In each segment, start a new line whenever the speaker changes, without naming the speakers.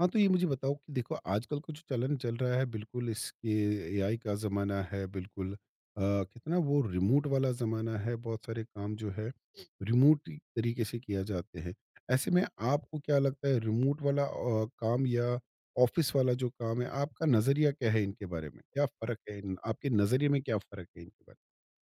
हाँ, तो ये मुझे बताओ कि देखो आजकल का जो चलन चल रहा है बिल्कुल इसके एआई का ज़माना है बिल्कुल कितना वो रिमोट वाला ज़माना है, बहुत सारे काम जो है रिमोट तरीके से किया जाते हैं। ऐसे में आपको क्या लगता है रिमोट वाला काम या ऑफ़िस वाला जो काम है, आपका नज़रिया क्या है इनके बारे में? क्या फ़र्क है इनके बारे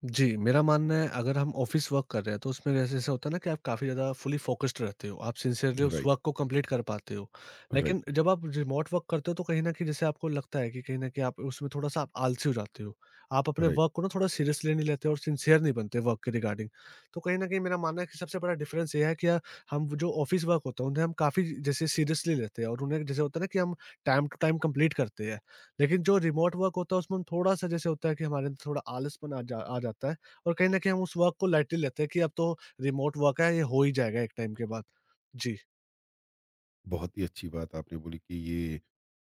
जी, मेरा मानना है अगर हम ऑफ़िस वर्क कर रहे हैं तो उसमें जैसे ऐसा होता है ना कि आप काफ़ी ज़्यादा फुली फ़ोकस्ड रहते हो, आप सिंसियरली
में?
उस
राइट,
वर्क को कंप्लीट कर पाते हो। लेकिन
राइट,
जब आप रिमोट वर्क करते हो तो कहीं न कहीं जैसे आपको लगता है कि कहीं न कहीं आप उसमें थोड़ा-सा आप आलसी हो जाते हो। आप अपने
राइट।
वर्क को ना थोड़ा सीरियसली नहीं लेते और सिंसियर नहीं बनते वर्क के रिगार्डिंग। तो कहीं न कहीं मेरा मानना है कि सबसे बड़ा डिफ़रेंस ये है कि हम जो ऑफ़िस वर्क होता है उन्हें हम काफ़ी जैसे सीरियसली लेते हैं और उन्हें जैसे होता है ना कि हम टाइम टू टाइम कंप्लीट करते हैं। लेकिन जो रिमोट वर्क होता है उसमें थोड़ा सा जैसे होता है कि हमारे अंदर थोड़ा आलसपन आ जाता है और कहीं न कहीं हम उस वर्क को लाइटली लेते हैं कि अब तो रिमोट वर्क है ये हो ही जाएगा एक टाइम के बाद। जी।
बहुत ही अच्छी बात आपने बोली कि ये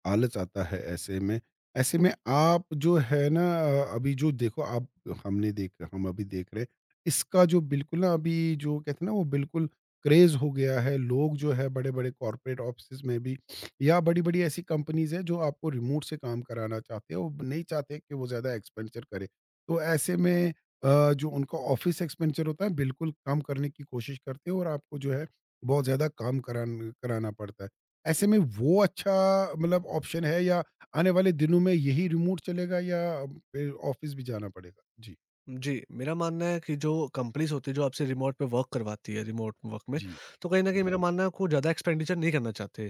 आलस आता है ऐसे में। ऐसे में आप जो है ना अभी जो देखो आप हमने देखा हम अभी देख रहे हैं, इसका जो बिल्कुल ना अभी जो कहते हैं ना वो बिल्कुल क्रेज़ हो गया है। लोग जो है बड़े-बड़े कॉर्पोरेट ऑफ़िसेज़ में भी या बड़ी-बड़ी ऐसी कंपनीज़ हैं जो आपको रिमोट से काम कराना चाहते हैं, वो नहीं चाहते कि वो ज़्यादा एक्सपेंडिचर करें। तो ऐसे में जो उनका ऑफ़िस एक्सपेंडिचर होता है बिल्कुल कम करने की कोशिश करते हैं और आपको जो है बहुत ज़्यादा काम करान कराना पड़ता है। ऐसे में वो अच्छा मतलब ऑप्शन है या आने वाले दिनों में यही रिमोट चलेगा या फिर ऑफिस भी जाना पड़ेगा? जी।
जी, मेरा मानना है कि जो कंपनीज़ होती है, जो आपसे रिमोट पे वर्क करवाती है, रिमोट वर्क में,
जी,
तो कहीं न कहीं
जी।
मेरा मानना है आपको ज़्यादा एक्सपेंडिचर नहीं करना चाहते।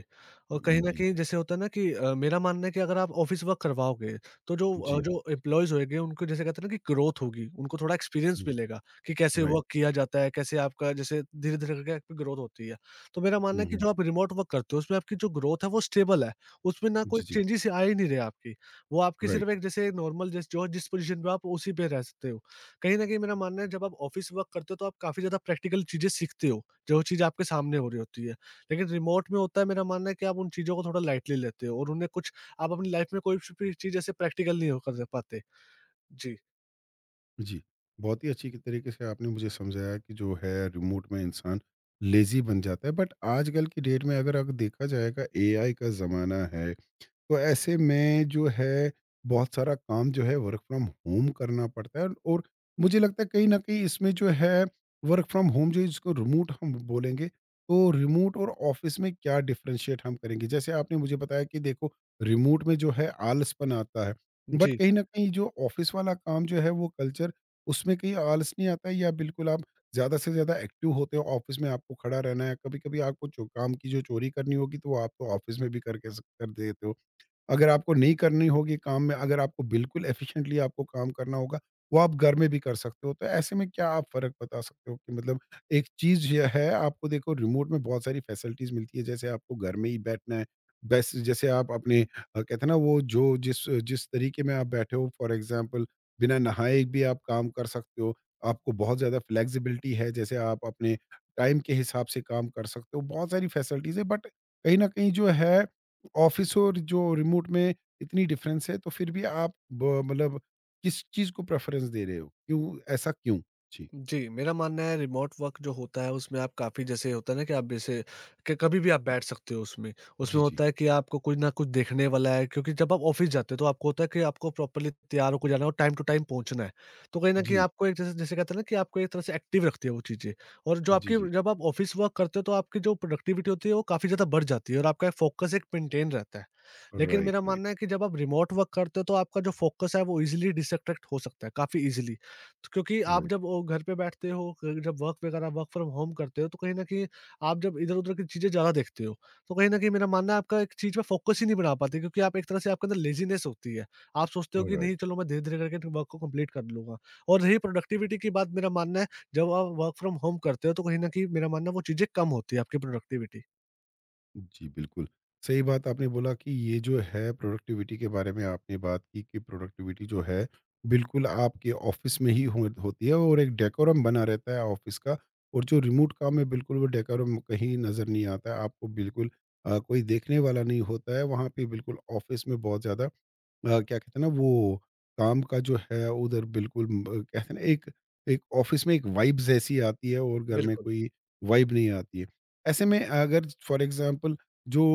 और कहीं न
जी,
कहीं जैसे होता है ना कि मेरा मानना है कि अगर आप ऑफ़िस वर्क करवाओगे, तो जो अ,
जी,
जो एम्प्लॉइज़ होएँगे, उनको जैसे कहते हैं ना कि ग्रोथ होगी, उनको थोड़ा एक्सपीरियंस
जी,
मिलेगा कि कैसे
राइट।
वर्क किया जाता है, कैसे आपका जैसे धीरे-धीरे करके आपकी ग्रोथ होती है। तो मेरा मानना
हुँ,
है कि
हुँ।
जो आप रिमोट वर्क करते हो, उसमें आपकी जो ग्रोथ है, वो स्टेबल है। उसमें ना कोई
जी, जी,
चेंजेज़ आ ही नहीं रहे आपकी। वो आपकी
राइट।
सिर्फ़ एक जैसे नॉर्मल जैसे जो जिस पोज़ीशन पे हो, आप उसी पे रह सकते हो। कहीं न कहीं मेरा मानना है जब आप ऑफ़िस वर्क करते हो तो आप काफ़ी ज़्यादा प्रैक्टिकल चीज़ें सीखते हो, जो चीज़ आपके सामने हो रही होती है। लेकिन रिमोट में होता है मेरा मानना है कि आप उन चीज़ों को थोड़ा लाइटली लेते हो और उन्हें कुछ आप अपनी लाइफ़ में कोई च भी चीज़ ऐसे प्रैक्टिकल नहीं हो कर पाते। जी।
जी, बहुत ही अच्छी के तरीके से आपने मुझे समझाया कि जो है रिमोट में इंसान लेज़ी बन जाता है बट आजकल की डेट में अगर अग देखा जाएगा एआई का ज़माना है। तो ऐसे में जो है बहुत सारा काम जो है वर्क फ्रॉम होम करना पड़ता है और मुझे लगता है कहीं न कहीं इसमें जो है वर्क फ्रॉम होम जो इसको रिमोट हम बोलेंगे, तो रिमोट और ऑफ़िस में क्या डिफ़रेंशिएट हम करेंगे? जैसे आपने मुझे बताया कि देखो रिमोट में जो है आलसपन आता है, बट
जी।
कहीं न कहीं जो ऑफ़िस वाला काम जो है वो कल्चर उसमें कहीं आलस नहीं आता है या बिल्कुल आप ज़्यादा से ज़्यादा एक्टिव होते हो ऑफ़िस में आपको खड़ा रहना है, कभी-कभी आपको जो काम की जो चोरी करनी होगी तो वो आप तो ऑफ़िस में भी करके स कर देते हो। अगर आपको नहीं करनी होगी काम में अगर आपको बिल्कुल एफिशिएंटली आपको काम करना होगा, वो आप घर में भी कर सकते हो। तो ऐसे में क्या आप फ़र्क बता सकते हो कि मतलब एक चीज़ ये है आपको देखो रिमोट में बहुत सारी फैसिलिटीज़ मिलती है, जैसे आपको घर में ही बैठना है। बस जैसे आप अपने कहते हैं ना वो जो जिस जिस तरीके में आप बैठे हो फॉर एग्ज़ाम्पल बिना नहाए भी आप काम कर सकते हो। आपको बहुत ज़्यादा फ्लेक्सिबिलिटी है, जैसे आप अपने टाइम के हिसाब से काम कर सकते हो। बहुत सारी फैसिलिटीज़ है बट कहीं न कहीं जो है ऑफिस और जो रिमोट में इतनी डिफरेंस है तो फिर भी आप मतलब किस चीज को प्रेफरेंस दे रहे हो क्यों ऐसा क्यों जी
जी, मेरा मानना है रिमोट वर्क जो होता है उसमें आप काफ़ी जैसे होता है ना कि आप जैसे कि कभी भी आप बैठ सकते हो उसमें।
जी
उसमें
जी
होता है कि आपको कुछ ना कुछ देखने वाला है क्योंकि जब आप ऑफ़िस जाते हो तो आपको होता है कि आपको प्रॉपर्ली तैयार होके जाना है और टाइम टू टाइम पहुँचना है। तो कहीं न कहीं
जी
आपको एक जैसे जैसे कहते हैं ना कि आपको एक तरह से एक्टिव रखती है वो चीज़ें। और जो
जी
आपकी
जी
जब आप ऑफ़िस वर्क करते हो तो आपकी जो प्रोडक्टिविटी होती है वो काफ़ी ज़्यादा बढ़ जाती है और आपका फ़ोकस एक मेंटेन रहता है। लेकिन
राइट
मेरा
राइट
मानना है कि जब आप रिमोट वर्क करते हो तो आपका जो फोकस है वो इजीली डिस्ट्रैक्ट हो सकता है काफी इजीली, क्योंकि आप
राइट
जब वो घर पे बैठते हो जब वर्क फ्रॉम होम करते हो तो कहीं ना कहीं आप जब इधर उधर की चीजें ज्यादा देखते हो, तो कहीं ना कहीं मेरा मानना है आपका एक चीज पे फोकस ही नहीं बना पाते, क्योंकि आप एक तरह से आपके अंदर लेजीनेस होती है। आप सोचते हो कि
राइट
नहीं, चलो मैं धीरे धीरे करके वर्क को कंप्लीट कर लूंगा। और रही प्रोडक्टिविटी की बात, मेरा मानना है जब आप वर्क फ्रॉम होम करते हो तो कहीं ना कहीं मेरा मानना है वो चीजें कम होती है आपकी प्रोडक्टिविटी।
जी, बिल्कुल। सही बात आपने बोला कि ये जो है प्रोडक्टिविटी के बारे में आपने बात की कि प्रोडक्टिविटी जो है बिल्कुल आपके ऑफ़िस में ही हो होती है और एक डेकोरम बना रहता है ऑफ़िस का और जो रिमोट काम है बिल्कुल वो डेकोरम कहीं नज़र नहीं आता है। आपको बिल्कुल कोई देखने वाला नहीं होता है। वहाँ पे बिल्कुल ऑफ़िस में बहुत ज़्यादा क्या कहते हैं ना वो काम का जो है उधर बिल्कुल म कहते हैं ना एक एक ऑफ़िस में एक वाइब्स ऐसी आती है और घर में
बिल्कुल।
कोई वाइब नहीं आती है। ऐसे में अगर फ़ॉर एग्ज़ाम्पल जो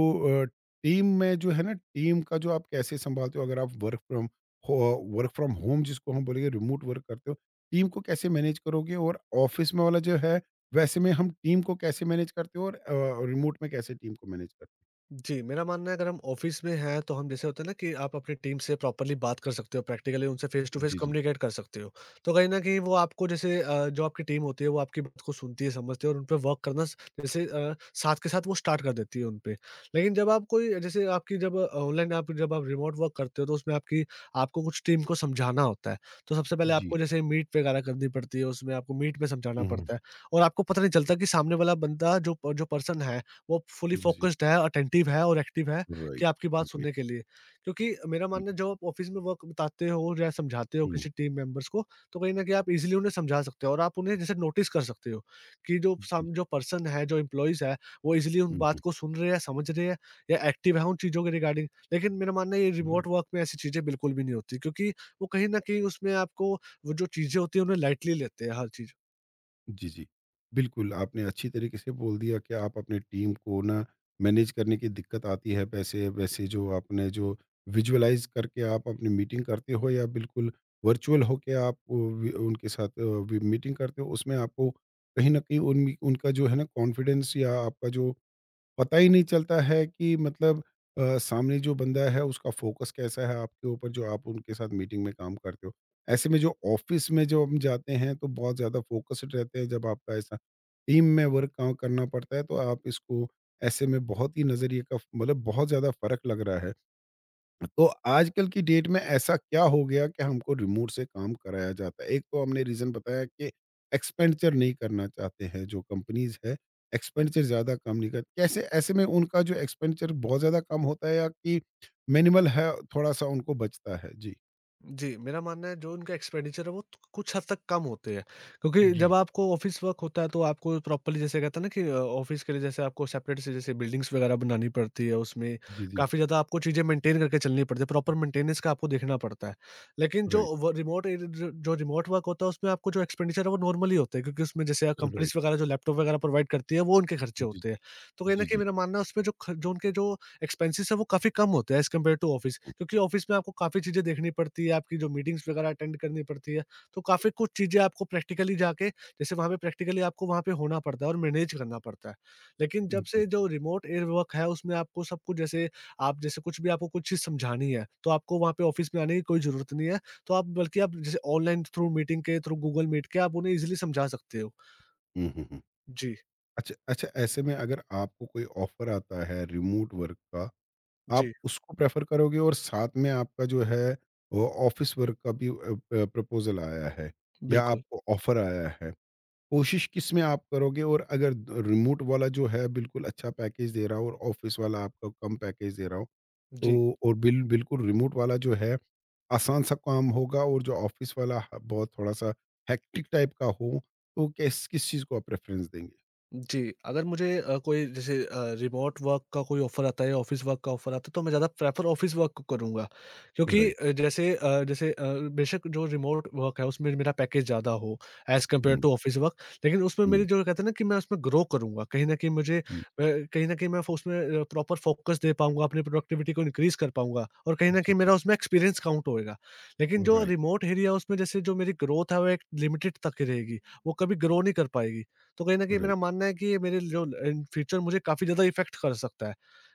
अ, टीम में जो है ना टीम का जो आप कैसे सँभालते हो अगर आप हो वर्क फ्रॉम होम जिसको हम बोलेंगे रिमोट वर्क करते हो, टीम को कैसे मैनेज करोगे? और ऑफ़िस में वाला जो है वैसे में हम टीम को कैसे मैनेज करते हो और रिमोट में कैसे टीम को मैनेज करते हो?
जी, मेरा मानना है अगर हम ऑफ़िस में हैं तो हम जैसे होता है ना कि आप अपनी टीम से प्रॉपर्ली बात कर सकते हो, प्रैक्टिकली उनसे face to face
ji, ji.
Communicate कर सकते हो। तो कहीं न कहीं वो आपको जैसे जो आपकी टीम होती है वो आपकी बात को सुनती है, समझती है और उन पे वर्क करना स जैसे साथ के साथ वो स्टार्ट कर देती है उन पे। लेकिन जब आप कोई जैसे आपकी जब ऑनलाइन आप जब आप रिमोट वर्क करते हो तो उसमें आपकी आपको कुछ टीम को समझाना होता है। तो सबसे पहले
जी।
आपको जैसे मीट वगैरह करनी पड़ती है, उसमें आपको मीट में समझाना
हुँ, हुँ।
पड़ता है। और आपको पता नहीं चलता कि सामने वाला बंदा जो पर्सन है वो फुली
जी, जी।
फ़ोकस्ड है, अटेंटिव है और एक्टिव है
राइट,
कि आपकी बात सुनने
राइट।
के लिए। क्योंकि मेरा
हुँ,
मानना है जब आप ऑफ़िस में वर्क बताते हो या समझाते हो
हुँ,
किसी टीम मेंबर्स को, तो कहीं न कहीं आप ईज़िली उन्हें समझा सकते हो और आप उन्हें जैसे नोटिस कर सकते हो कि
जी,
जो पर्सन है, जो एम्प्लॉइज़ है, वो ईज़िली उन
हुँ, हुँ,
बात को सुन रहे हैं, समझ रहे हैं या एक्टिव है उन चीज़ों के रिगार्डिंग। लेकिन मेरा मानना है ये रिमोट
राइट।
वर्क में ऐसी चीज़ें बिल्कुल भी नहीं होती, क्योंकि वो कहीं न कहीं उसमें आपको वो जो चीज़ें होती हैं उन्हें लाइटली लेते हैं हर चीज़।
जी, जी। बिल्कुल, आपने अच्छी तरीके से बोल दिया कि आप अपनी टीम को ना मैनेज करने की दिक्कत आती है, पैसे वैसे जो आपने जो विज़ुअलाइज़ करके आप अपनी मीटिंग करते हो या बिल्कुल वर्चुअल होके आप उ वी उनके साथ वी मीटिंग करते हो, उसमें आपको कहीं न कहीं उन उनका जो है ना कॉन्फिडेंस या आपका जो पता ही नहीं चलता है कि मतलब सामने जो बंदा है उसका फोकस कैसा है आपके ऊपर जो आप उनके साथ मीटिंग में काम करते हो। ऐसे में जो ऑफ़िस में जो हम जाते हैं तो बहुत ज़्यादा फ़ोकस्ड रहते हैं जब आपका ऐसा टीम में वर्क काम करना पड़ता है तो आप इसको ऐसे में बहुत ही नज़रिए का मतलब बहुत ज़्यादा फ़र्क लग रहा है। तो आजकल की डेट में ऐसा क्या हो गया कि हमको रिमोट से काम कराया जाता है? एक तो हमने रीज़न बताया कि एक्सपेंडिचर नहीं करना चाहते हैं, जो कंपनीज़ है, एक्सपेंडिचर ज़्यादा कम नहीं कर कैसे ऐसे में उनका जो एक्सपेंडिचर बहुत ज़्यादा कम होता है या कि मिनिमल है, थोड़ा-सा उनको बचता है? जी।
जी, मेरा मानना है जो उनका एक्सपेंडिचर है वो त कुछ हद तक कम होते हैं। क्योंकि
जी।
जब आपको ऑफ़िस वर्क होता है तो आपको प्रॉपर्ली जैसे कहते हैं ना कि ऑफ़िस के लिए जैसे आपको सेपरेट से जैसे बिल्डिंग्स वगैरह बनानी पड़ती है, उसमें
जी, जी।
काफ़ी ज़्यादा आपको चीज़ें मेंटेन करके चलनी पड़ती है, प्रॉपर मेंटेनेंस का आपको देखना पड़ता है। लेकिन जो
राइट,
व रिमोट ए ज जो रिमोट वर्क होता है उसमें आपको जो एक्सपेंडिचर है वो नॉर्मली होते हैं, क्योंकि उसमें जैसे
राइट।
कंपनीज़ वगैरह जो लैपटॉप वगैरह प्रोवाइड करती है वो उनके खर्चे
जी,
होते हैं। तो कहीं न
जी,
कहीं
जी।
मेरा मानना है उसमें जो ख जो उनके जो एक्सपेंसेस है वो काफ़ी कम होते हैं एज़ कम्पेयर टू ऑफ़िस, क्योंकि ऑफ़िस में आपको काफ़ी चीज़ें देखनी पड़ती है, आपकी जो मीटिंग्स वगैरह अटेंड करनी पड़ती है, तो काफ़ी कुछ चीज़ें आपको प्रैक्टिकली जाके जैसे वहाँ पे प्रैक्टिकली आपको वहाँ पे होना पड़ता है और मैनेज करना पड़ता है। लेकिन जब से जो रिमोट ए वर्क है उसमें आपको सब कुछ जैसे आप जैसे कुछ भी आपको कुछ चीज़ समझानी है, तो आपको वहाँ पे ऑफ़िस में आने की कोई ज़रूरत नहीं है, तो आप बल्कि आप जैसे ऑनलाइन थ्रू मीटिंग के थ्रू गूगल मीट के आप उन्हें ईज़िली समझा सकते हो।
हुँ, हुँ, हुँ।
जी,
अच्छा अच्छा, ऐसे में अगर आपको कोई ऑफ़र आता है रिमोट वर्क का आप
जी,
उसको प्रेफ़र करोगे और साथ में आपका जो है वो ऑफ़िस वर्क का भी प प्रपोज़ल आया है या
बिल्कुल।
आपको ऑफ़र आया है। कोशिश किस में आप करोगे और अगर द रिमोट वाला जो है बिल्कुल अच्छा पैकेज दे रहा हो और ऑफ़िस वाला आपको कम पैकेज दे रहा हो,
जी।
तो और बिल्कुल रिमोट वाला जो है आसान सा काम होगा और जो ऑफ़िस वाला ह बहुत थोड़ा-सा हेक्टिक टाइप का हो, तो कैस किस चीज़ को आप प्रेफ़रेंस देंगे?
जी, अगर मुझे कोई जैसे रिमोट वर्क का कोई ऑफ़र आता है या ऑफ़िस वर्क का ऑफ़र आता है, तो मैं ज़्यादा प्रेफ़र ऑफ़िस वर्क को करूँगा। क्योंकि
राइट।
बेशक जो रिमोट वर्क है, उसमें मेरा पैकेज ज़्यादा हो as compare
hmm,
to office work, लेकिन उसमें
हुँ।
मेरी जो कहते हैं ना कि मैं उसमें ग्रो करूँगा।
जी,
कहीं न कहीं मैं फ़ो उसमें प्रॉपर फ़ोकस दे पाऊँगा, अपनी प्रोडक्टिविटी को इनक्रीज़ कर पाऊँगा और कहीं न
जी,
कहीं
जी।
मेरा उसमें एक्सपीरियंस काउंट होएगा। लेकिन जो
राइट,
रिमोट एरिया है, उसमें जैसे जो मेरी ग्रोथ है, वो एक लिमिटेड तक ही रहेगी, वो कभी ग्रो नहीं कर पाएगी। तो कहीं न कहीं
राइट।
मेरा मानना है कि ये मेरे जो इन फ्यूचर मुझे काफ़ी ज़्यादा इफ़ेक्ट कर सकता है।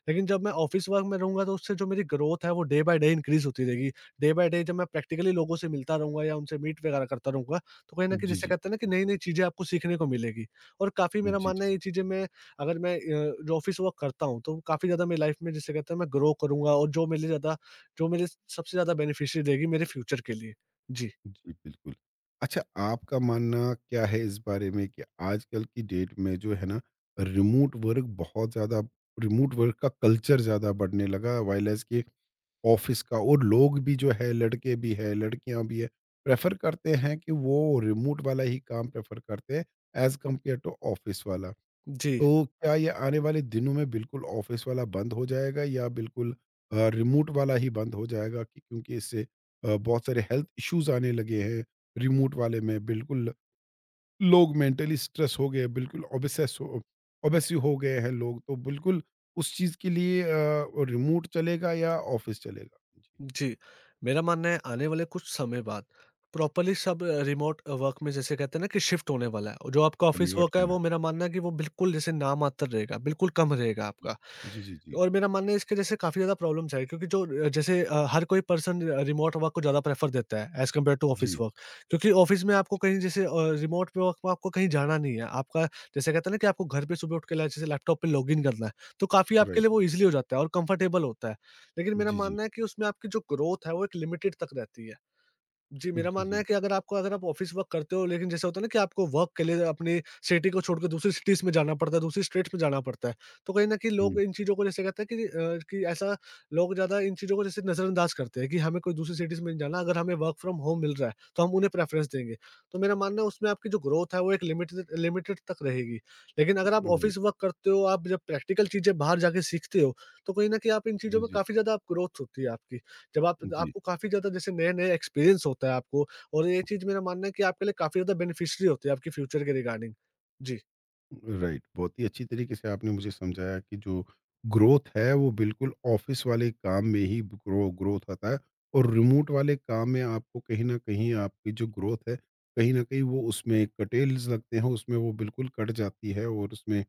लेकिन जब मैं ऑफ़िस वर्क में रहूँगा तो उससे जो मेरी ग्रोथ है वो डे बाय डे इनक्रीज़ होती रहेगी। डे बाय डे जब मैं प्रैक्टिकली लोगों से मिलता रहूँगा या उनसे मीट वगैरह करता रहूँगा, तो कहीं न कहीं
जी,
जैसे
जी।
कहते हैं ना कि नई-नई चीज़ें आपको सीखने को मिलेगी। और काफ़ी मेरा
जी, जी।
मानना है ये चीज़ें मैं, अगर जो ऑफ़िस वर्क करता हूँ तो काफ़ी ज़्यादा मेरी लाइफ़ में जिसे कहते हैं मैं ग्रो करूँगा और जो मेरे सबसे ज़्यादा बेनिफिशियल रहेगी मेरे फ्यूचर के लिए। जी।
जी, बिल्कुल। अच्छा, आपका मानना क्या है इस बारे में कि आजकल की डेट में जो है ना, रिमोट वर्क बहुत ज़्यादा रिमोट वर्क का कल्चर ज़्यादा बढ़ने लगा व्हिलेज कि ऑफ़िस का और लोग भी जो है, लड़के भी हैं, लड़कियाँ भी हैं, प्रेफ़र करते हैं कि वो रिमोट वाला ही काम प्रेफ़र करते हैं, एज़ कम्पेयर टू ऑफ़िस वाला।
जी,
तो क्या ये आने वाले दिनों में बिल्कुल ऑफिस वाला बंद हो जाएगा या बिल्कुल रिमोट वाला ही बंद हो जाएगा कि क्योंकि इससे बहुत सारे हेल्थ इश्यूज आने लगे हैं रिमोट वाले में बिल्कुल लोग मेंटली स्ट्रेस हो गए बिल्कुल ऑब्सेसिव हो गए हैं लोग तो बिल्कुल उस चीज के लिए रिमोट चलेगा या ऑफिस चलेगा जी
जी, मेरा मानना है आने वाले कुछ समय बाद प्रॉपर्ली सब अ, रिमोट वर्क में जैसे कहते हैं ना कि शिफ्ट होने वाला है। और जो आपका ऑफिस
कन्वर्ट
वर्क है
होना है।
वो मेरा मानना है कि वो बिल्कुल जैसे नामात्र रहेगा, बिल्कुल कम रहेगा आपका।
जी जी जी
और मेरा मानना है इसके जैसे काफ़ी ज़्यादा प्रॉब्लम्स है क्योंकि जो अ, जैसे अ, हर कोई पर्सन अ, रिमोट वर्क को ज़्यादा प्रेफ़र देता है एज़ कम्पेयर टू ऑफ़िस
जी
वर्क क्योंकि ऑफ़िस में आपको कहीं जैसे अ, रिमोट पे वर्क में आपको कहीं जाना नहीं है। आपका जैसे कहते हैं ना कि आपको घर पे सुबह उठ के ला जैसे लैपटॉप पे लॉगिन करना है, तो काफ़ी आपके
राइट
लिए वो ईज़िली हो जाता है और कम्फ़र्टेबल होता है। लेकिन मेरा
जी जी
मानना है कि उसमें आपकी जो ग्रोथ है वो एक लिमिटेड तक रहती है। जी, मेरा
जी
मानना
जी
है कि अगर आपको अगर आप ऑफ़िस वर्क करते हो, लेकिन जैसे होता है ना कि आपको वर्क के लिए अपनी सिटी को छोड़कर दूसरी सिटीज़ में जाना पड़ता है, दूसरी स्टेट्स में जाना पड़ता है। तो कहीं न कहीं
हम्म,
लोग इन चीज़ों को जैसे कहते हैं कि अ, कि ऐसा लोग ज़्यादा इन चीज़ों को जैसे नज़रअंदाज करते हैं कि हमें कोई दूसरी सिटीज़ में नहीं जाना, अगर हमें वर्क फ्रॉम होम मिल रहा है, तो हम उन्हें प्रेफ़रेंस देंगे। तो मेरा मानना है उसमें आपकी जो ग्रोथ है वो एक लिमिटेड लिमिटेड तक रहेगी। लेकिन अगर आप
राइट
ऑफ़िस वर्क करते हो, आप जब प्रैक्टिकल चीज़ें बाहर जाके सीखते हो, तो कहीं न कहीं आप इन
जी
चीज़ों में
जी
काफ़ी ज़्यादा आप ग्रोथ होती है आपकी। जब आप
जी
आपको काफ़ी ज़्यादा जैसे नए-नए एक्सपीरियंस होता है आपको और ये चीज़ मेरा मानना है कि आपके लिए काफ़ी ज़्यादा बेनिफिशियरी होती है आपके फ्यूचर के रिगार्डिंग। जी।
राइट बहुत ही अच्छी तरीके से आपने मुझे समझाया कि जो ग्रोथ है वो बिल्कुल ऑफिस वाले काम में ही ग्रोथ आता है और रिमोट वाले काम में आपको कहीं ना कहीं आपकी जो ग्रोथ है कहीं ना कहीं वो उसमें कटेल्स लगते हैं उसमें वो बिल्कुल कट जाती है और उसमें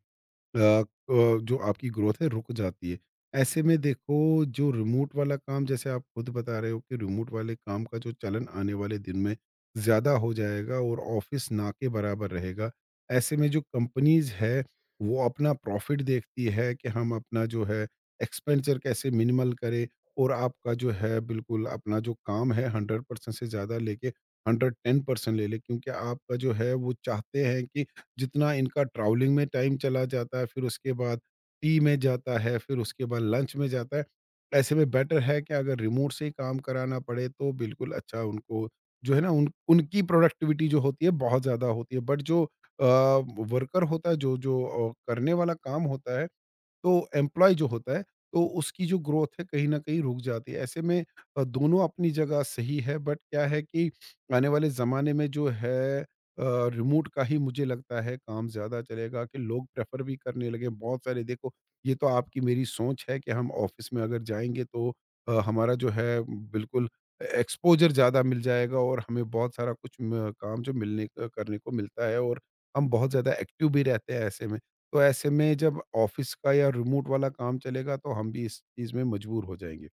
जो आपकी ग्रोथ है रुक जाती है। ऐसे में देखो जो रिमोट वाला काम जैसे आप खुद बता रहे हो कि रिमोट वाले काम का जो चलन आने वाले दिन में ज़्यादा हो जाएगा और ऑफ़िस ना के बराबर रहेगा। ऐसे में जो कंपनीज़ है वो अपना प्रॉफ़िट देखती है कि हम अपना जो है एक्सपेंडिचर कैसे मिनिमल करें और आपका जो है बिल्कुल अपना जो काम है 100% से ज़्यादा लेके 110% ले लें क्योंकि आपका जो है वो चाहते हैं कि जितना इनका ट्रैवलिंग में टाइम चला जाता है, फिर उसके बाद टी में जाता है, फिर उसके बाद लंच में जाता है। ऐसे में बेटर है कि अगर रिमोट से ही काम कराना पड़े तो बिल्कुल अच्छा उनको जो है ना उन उनकी प्रोडक्टिविटी जो होती है बहुत ज़्यादा होती है। बट जो अ, वर्कर होता है जो जो अ, करने वाला काम होता है तो एम्प्लॉय जो होता है, तो उसकी जो ग्रोथ है कहीं न कहीं रुक जाती है। ऐसे में दोनों अपनी जगह सही है बट क्या है कि आने वाले ज़माने में जो है रिमोट का ही मुझे लगता है काम ज़्यादा चलेगा कि लोग प्रेफ़र भी करने लगे। बहुत सारे देखो ये तो आपकी मेरी सोच है कि हम ऑफ़िस में अगर जाएँगे तो हमारा जो है बिल्कुल ए एक्सपोज़र ज़्यादा मिल जाएगा और हमें बहुत सारा कुछ म काम जो करने को मिलता है और हम बहुत ज़्यादा एक्टिव भी रहते हैं ऐसे में। तो ऐसे में जब ऑफिस का या रिमोट वाला काम चलेगा तो हम भी इस चीज़ में मजबूर हो जाएँगे।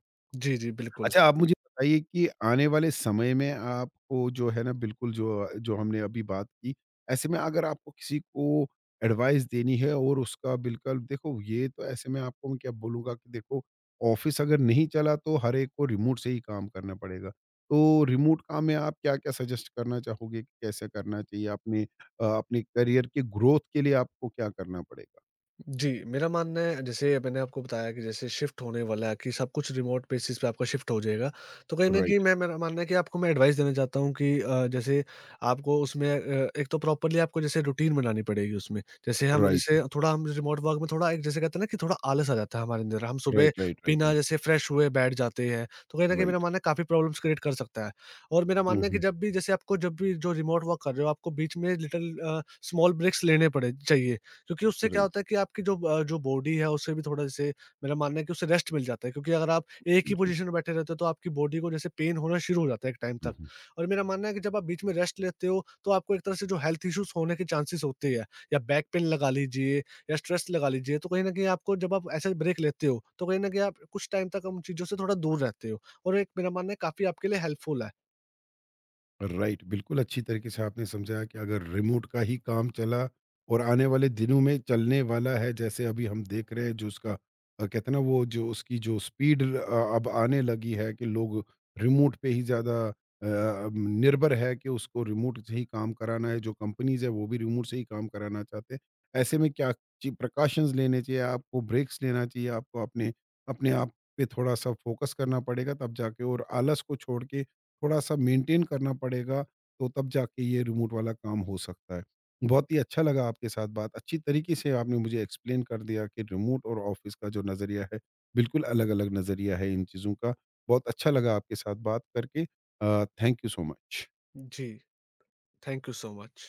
जी, जी, बिल्कुल।
अच्छा आप मुझे बताइए कि आने वाले समय में आपको जो है ना बिल्कुल जो जो हमने अभी बात की, ऐसे में अगर आपको किसी को एडवाइस देनी है और उसका बिल्कुल देखो ये तो ऐसे में आपको मैं क्या बोलूँगा कि देखो ऑफिस अगर नहीं चला तो हर एक को रिमोट से ही काम करना पड़ेगा। तो रिमोट काम में आप क्या-क्या सजेस्ट करना चाहोगे कि कैसे करना चाहिए? अपने अपने करियर के ग्रोथ के लिए आपको क्या करना पड़ेगा?
जी, मेरा मानना है जैसे मैंने आपको बताया कि जैसे शिफ्ट होने वाला है कि सब कुछ रिमोट बेसिस पे आपका शिफ्ट हो जाएगा। तो कहीं न कहीं
Right.
मैं मेरा मानना है कि आपको मैं एडवाइस देना चाहता हूँ कि जैसे आपको उसमें एक तो प्रॉपरली आपको जैसे रूटीन बनानी पड़ेगी उसमें। जैसे हम
Right.
जैसे थोड़ा हम रिमोट वर्क में थोड़ा एक जैसे कहते हैं ना कि थोड़ा आलस आ जाता है हमारे अंदर। हम सुबह
Right. Right. Right.
बिना
Right.
जैसे फ्रेश हुए बैठ जाते हैं। तो कहीं न कहीं मेरा
Right.
मानना है काफ़ी प्रॉब्लम्स क्रिएट कर सकता है। और मेरा
Uh
मानना है कि
huh.
जब भी जो रिमोट वर्क कर रहे हो आपको बीच में स्मॉल ब्रेक्स लेने पड़े चाहिए। क्योंकि उससे क्या
Right.
होता है कि आपकी जो बॉडी है उससे भी थोड़ा जैसे मेरा मानना है कि उससे रेस्ट मिल जाता है, क्योंकि अगर आप एक ही
In full.
पोजीशन में बैठे रहते हो तो आपकी बॉडी को जैसे पेन होना शुरू हो जाता है एक टाइम
Uh
तक।
huh.
और मेरा मानना है कि जब आप बीच में रेस्ट लेते हो तो आपको एक तरह से जो हेल्थ इश्यूज होने के चांसेस होते हैं, या बैक पेन लगा लीजिए या स्ट्रेस लगा लीजिए, तो कहीं ना कहीं आपको जब आप ऐसे ब्रेक लेते हो तो कहीं ना कहीं आप कुछ टाइम तक उन चीज़ों से थोड़ा दूर रहते हो और एक मेरा मानना है काफ़ी आपके लिए हेल्पफुल है।
राइट बिल्कुल अच्छी तरीके से आपने समझाया कि अगर रिमोट का ही काम चला और आने वाले दिनों में चलने वाला है जैसे अभी हम देख रहे हैं जो उसका कहते हैं ना वो जो उसकी जो स्पीड अब आने लगी है कि लोग रिमोट पे ही ज़्यादा निर्भर है कि उसको रिमोट से ही काम कराना है जो कंपनीज है वो भी रिमोट से ही काम कराना चाहते हैं ऐसे में क्या प्रिकॉशंस लेने चाहिए आपको ब्रेक्स लेना चाहिए आपको अपने अपने आप पे थोड़ा सा फोकस करना पड़ेगा तब जाके और आलस को छोड़ के थोड़ा-सा मेंटेन करना पड़ेगा, तो तब जाके ये रिमोट वाला काम हो सकता है। बहुत ही अच्छा लगा आपके साथ बात, अच्छी तरीके से आपने मुझे एक्सप्लेन कर दिया कि रिमोट और ऑफ़िस का जो नज़रिया है, बिल्कुल अलग-अलग नज़रिया है इन चीज़ों का। बहुत अच्छा लगा आपके साथ बात करके थैंक यू सो मच।
जी। Thank you so much.